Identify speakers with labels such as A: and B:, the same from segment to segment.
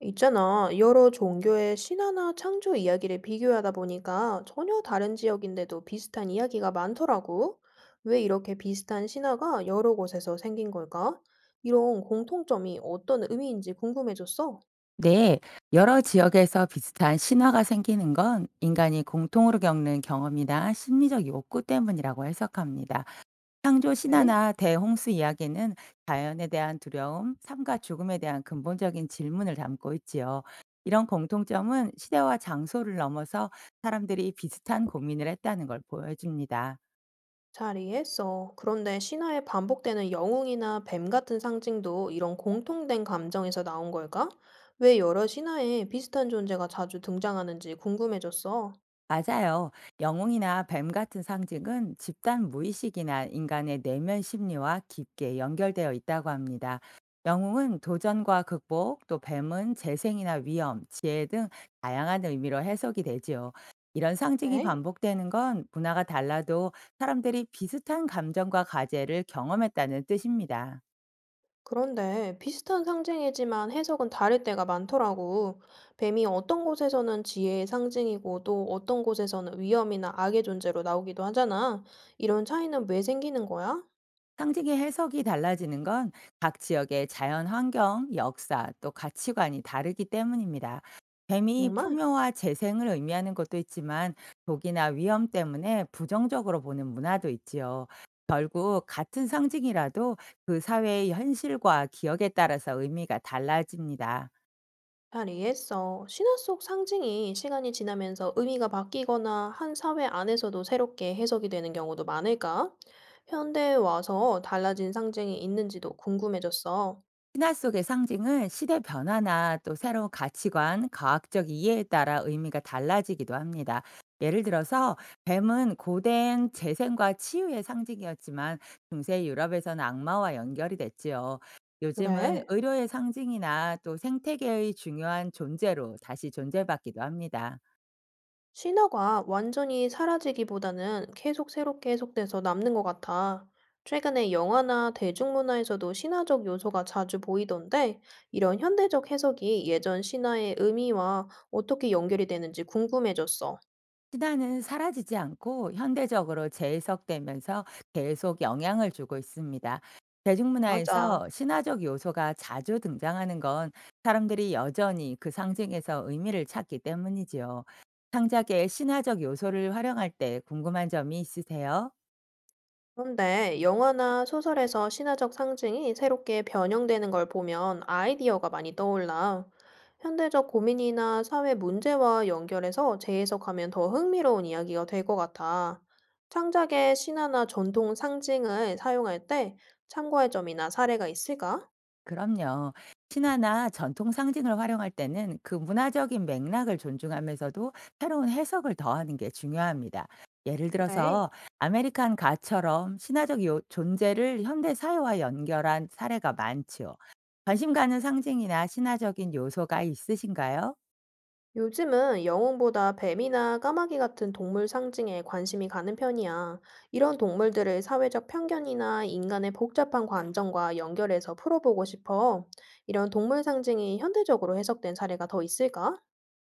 A: 있잖아. 여러 종교의 신화나 창조 이야기를 비교하다 보니까 전혀 다른 지역인데도 비슷한 이야기가 많더라고. 왜 이렇게 비슷한 신화가 여러 곳에서 생긴 걸까? 이런 공통점이 어떤 의미인지 궁금해졌어.
B: 네, 여러 지역에서 비슷한 신화가 생기는 건 인간이 공통으로 겪는 경험이나 심리적 욕구 때문이라고 해석합니다. 창조
A: 네.
B: 신화나 대홍수 이야기는 자연에 대한 두려움, 삶과 죽음에 대한 근본적인 질문을 담고 있지요. 이런 공통점은 시대와 장소를 넘어서 사람들이 비슷한 고민을 했다는 걸 보여줍니다.
A: 잘 이해했어. 그런데 신화에 반복되는 영웅이나 뱀 같은 상징도 이런 공통된 감정에서 나온 걸까? 왜 여러 신화에 비슷한 존재가 자주 등장하는지 궁금해졌어.
B: 맞아요. 영웅이나 뱀 같은 상징은 집단 무의식이나 인간의 내면 심리와 깊게 연결되어 있다고 합니다. 영웅은 도전과 극복, 또 뱀은 재생이나 위험, 지혜 등 다양한 의미로 해석이 되지요. 이런 상징이
A: 네.
B: 반복되는 건 문화가 달라도 사람들이 비슷한 감정과 과제를 경험했다는 뜻입니다.
A: 그런데 비슷한 상징이지만 해석은 다를 때가 많더라고. 뱀이 어떤 곳에서는 지혜의 상징이고 또 어떤 곳에서는 위험이나 악의 존재로 나오기도 하잖아. 이런 차이는 왜 생기는 거야?
B: 상징의 해석이 달라지는 건 각 지역의 자연 환경, 역사, 또 가치관이 다르기 때문입니다. 뱀이
A: 정말?
B: 풍요와 재생을 의미하는 것도 있지만 독이나 위험 때문에 부정적으로 보는 문화도 있지요. 결국 같은 상징이라도 그 사회의 현실과 기억에 따라서 의미가 달라집니다.
A: 잘 이해했어. 신화 속 상징이 시간이 지나면서 의미가 바뀌거나 한 사회 안에서도 새롭게 해석이 되는 경우도 많을까? 현대에 와서 달라진 상징이 있는지도 궁금해졌어.
B: 신화 속의 상징은 시대 변화나 또 새로운 가치관, 과학적 이해에 따라 의미가 달라지기도 합니다. 예를 들어서 뱀은 고된 재생과 치유의 상징이었지만 중세 유럽에서는 악마와 연결이 됐지요. 요즘은
A: 그래?
B: 의료의 상징이나 또 생태계의 중요한 존재로 다시 존재받기도 합니다.
A: 신화가 완전히 사라지기보다는 계속 새롭게 해석돼서 남는 것 같아. 최근에 영화나 대중문화에서도 신화적 요소가 자주 보이던데, 이런 현대적 해석이 예전 신화의 의미와 어떻게 연결이 되는지 궁금해졌어.
B: 신화는 사라지지 않고 현대적으로 재해석되면서 계속 영향을 주고 있습니다.
A: 맞아.
B: 대중문화에서 신화적 요소가 자주 등장하는 건 사람들이 여전히 그 상징에서 의미를 찾기 때문이지요. 창작에 신화적 요소를 활용할 때 궁금한 점이 있으세요?
A: 그런데 영화나 소설에서 신화적 상징이 새롭게 변형되는 걸 보면 아이디어가 많이 떠올라. 현대적 고민이나 사회 문제와 연결해서 재해석하면 더 흥미로운 이야기가 될 것 같아. 창작의 신화나 전통 상징을 사용할 때 참고할 점이나 사례가 있을까?
B: 그럼요. 신화나 전통 상징을 활용할 때는 그 문화적인 맥락을 존중하면서도 새로운 해석을 더하는 게 중요합니다. 예를
A: 그래.
B: 들어서 아메리칸 가처럼 존재를 현대 사회와 연결한 사례가 많지요. 관심 가는 상징이나 신화적인 요소가 있으신가요?
A: 요즘은 영웅보다 뱀이나 까마귀 같은 동물 상징에 관심이 가는 편이야. 이런 동물들을 사회적 편견이나 인간의 복잡한 관점과 연결해서 풀어보고 싶어. 이런 동물 상징이 현대적으로 해석된 사례가 더 있을까?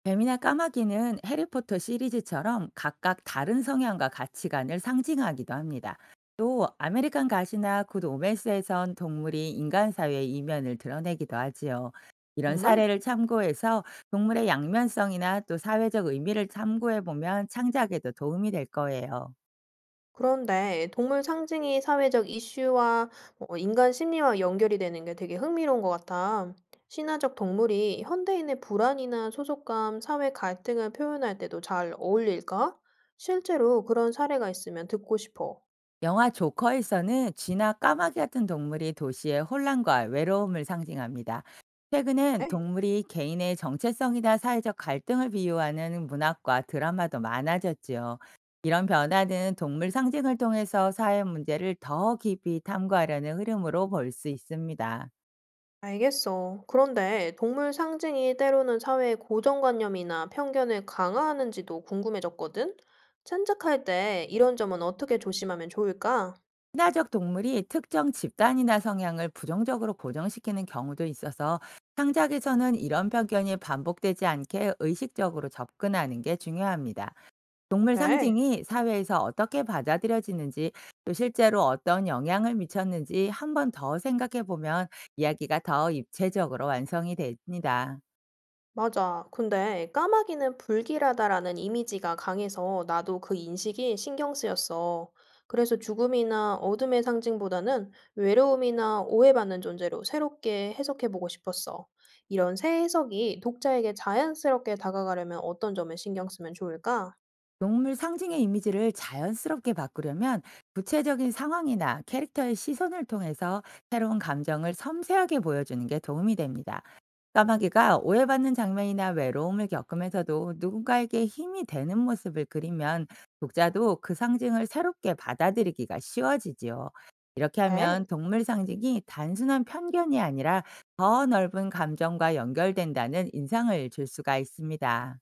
B: 뱀이나 까마귀는 해리포터 시리즈처럼 각각 다른 성향과 가치관을 상징하기도 합니다. 또 아메리칸 가시나 굿 오메스에선 동물이 인간 사회의 이면을 드러내기도 하지요. 이런
A: 정말?
B: 사례를 참고해서 동물의 양면성이나 또 사회적 의미를 참고해 보면 창작에도 도움이 될 거예요.
A: 그런데 동물 상징이 사회적 이슈와 인간 심리와 연결이 되는 게 되게 흥미로운 것 같아. 신화적 동물이 현대인의 불안이나 소속감, 사회 갈등을 표현할 때도 잘 어울릴까? 실제로 그런 사례가 있으면 듣고 싶어.
B: 영화 조커에서는 쥐나 까마귀 같은 동물이 도시의 혼란과 외로움을 상징합니다. 최근엔
A: 에?
B: 동물이 개인의 정체성이나 사회적 갈등을 비유하는 문학과 드라마도 많아졌지요. 이런 변화는 동물 상징을 통해서 사회 문제를 더 깊이 탐구하려는 흐름으로 볼 수 있습니다.
A: 알겠어. 그런데 동물 상징이 때로는 사회의 고정관념이나 편견을 강화하는지도 궁금해졌거든? 참작할 때 이런 점은 어떻게 조심하면 좋을까?
B: 친화적 동물이 특정 집단이나 성향을 부정적으로 고정시키는 경우도 있어서 창작에서는 이런 편견이 반복되지 않게 의식적으로 접근하는 게 중요합니다. 동물
A: 그래.
B: 상징이 사회에서 어떻게 받아들여지는지, 또 실제로 어떤 영향을 미쳤는지 한번 더 생각해 보면 이야기가 더 입체적으로 완성이 됩니다.
A: 맞아. 근데 까마귀는 불길하다라는 이미지가 강해서 나도 그 인식이 신경 쓰였어. 그래서 죽음이나 어둠의 상징보다는 외로움이나 오해받는 존재로 새롭게 해석해보고 싶었어. 이런 새 해석이 독자에게 자연스럽게 다가가려면 어떤 점에 신경 쓰면 좋을까?
B: 동물 상징의 이미지를 자연스럽게 바꾸려면 구체적인 상황이나 캐릭터의 시선을 통해서 새로운 감정을 섬세하게 보여주는 게 도움이 됩니다. 까마귀가 오해받는 장면이나 외로움을 겪으면서도 누군가에게 힘이 되는 모습을 그리면 독자도 그 상징을 새롭게 받아들이기가 쉬워지지요. 이렇게 하면
A: 네,
B: 동물 상징이 단순한 편견이 아니라 더 넓은 감정과 연결된다는 인상을 줄 수가 있습니다.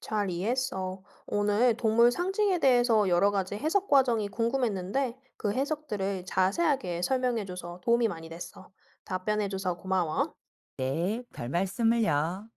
A: 잘 이해했어. 오늘 동물 상징에 대해서 여러 가지 해석 과정이 궁금했는데 그 해석들을 자세하게 설명해줘서 도움이 많이 됐어. 답변해줘서 고마워.
B: 네, 별 말씀을요.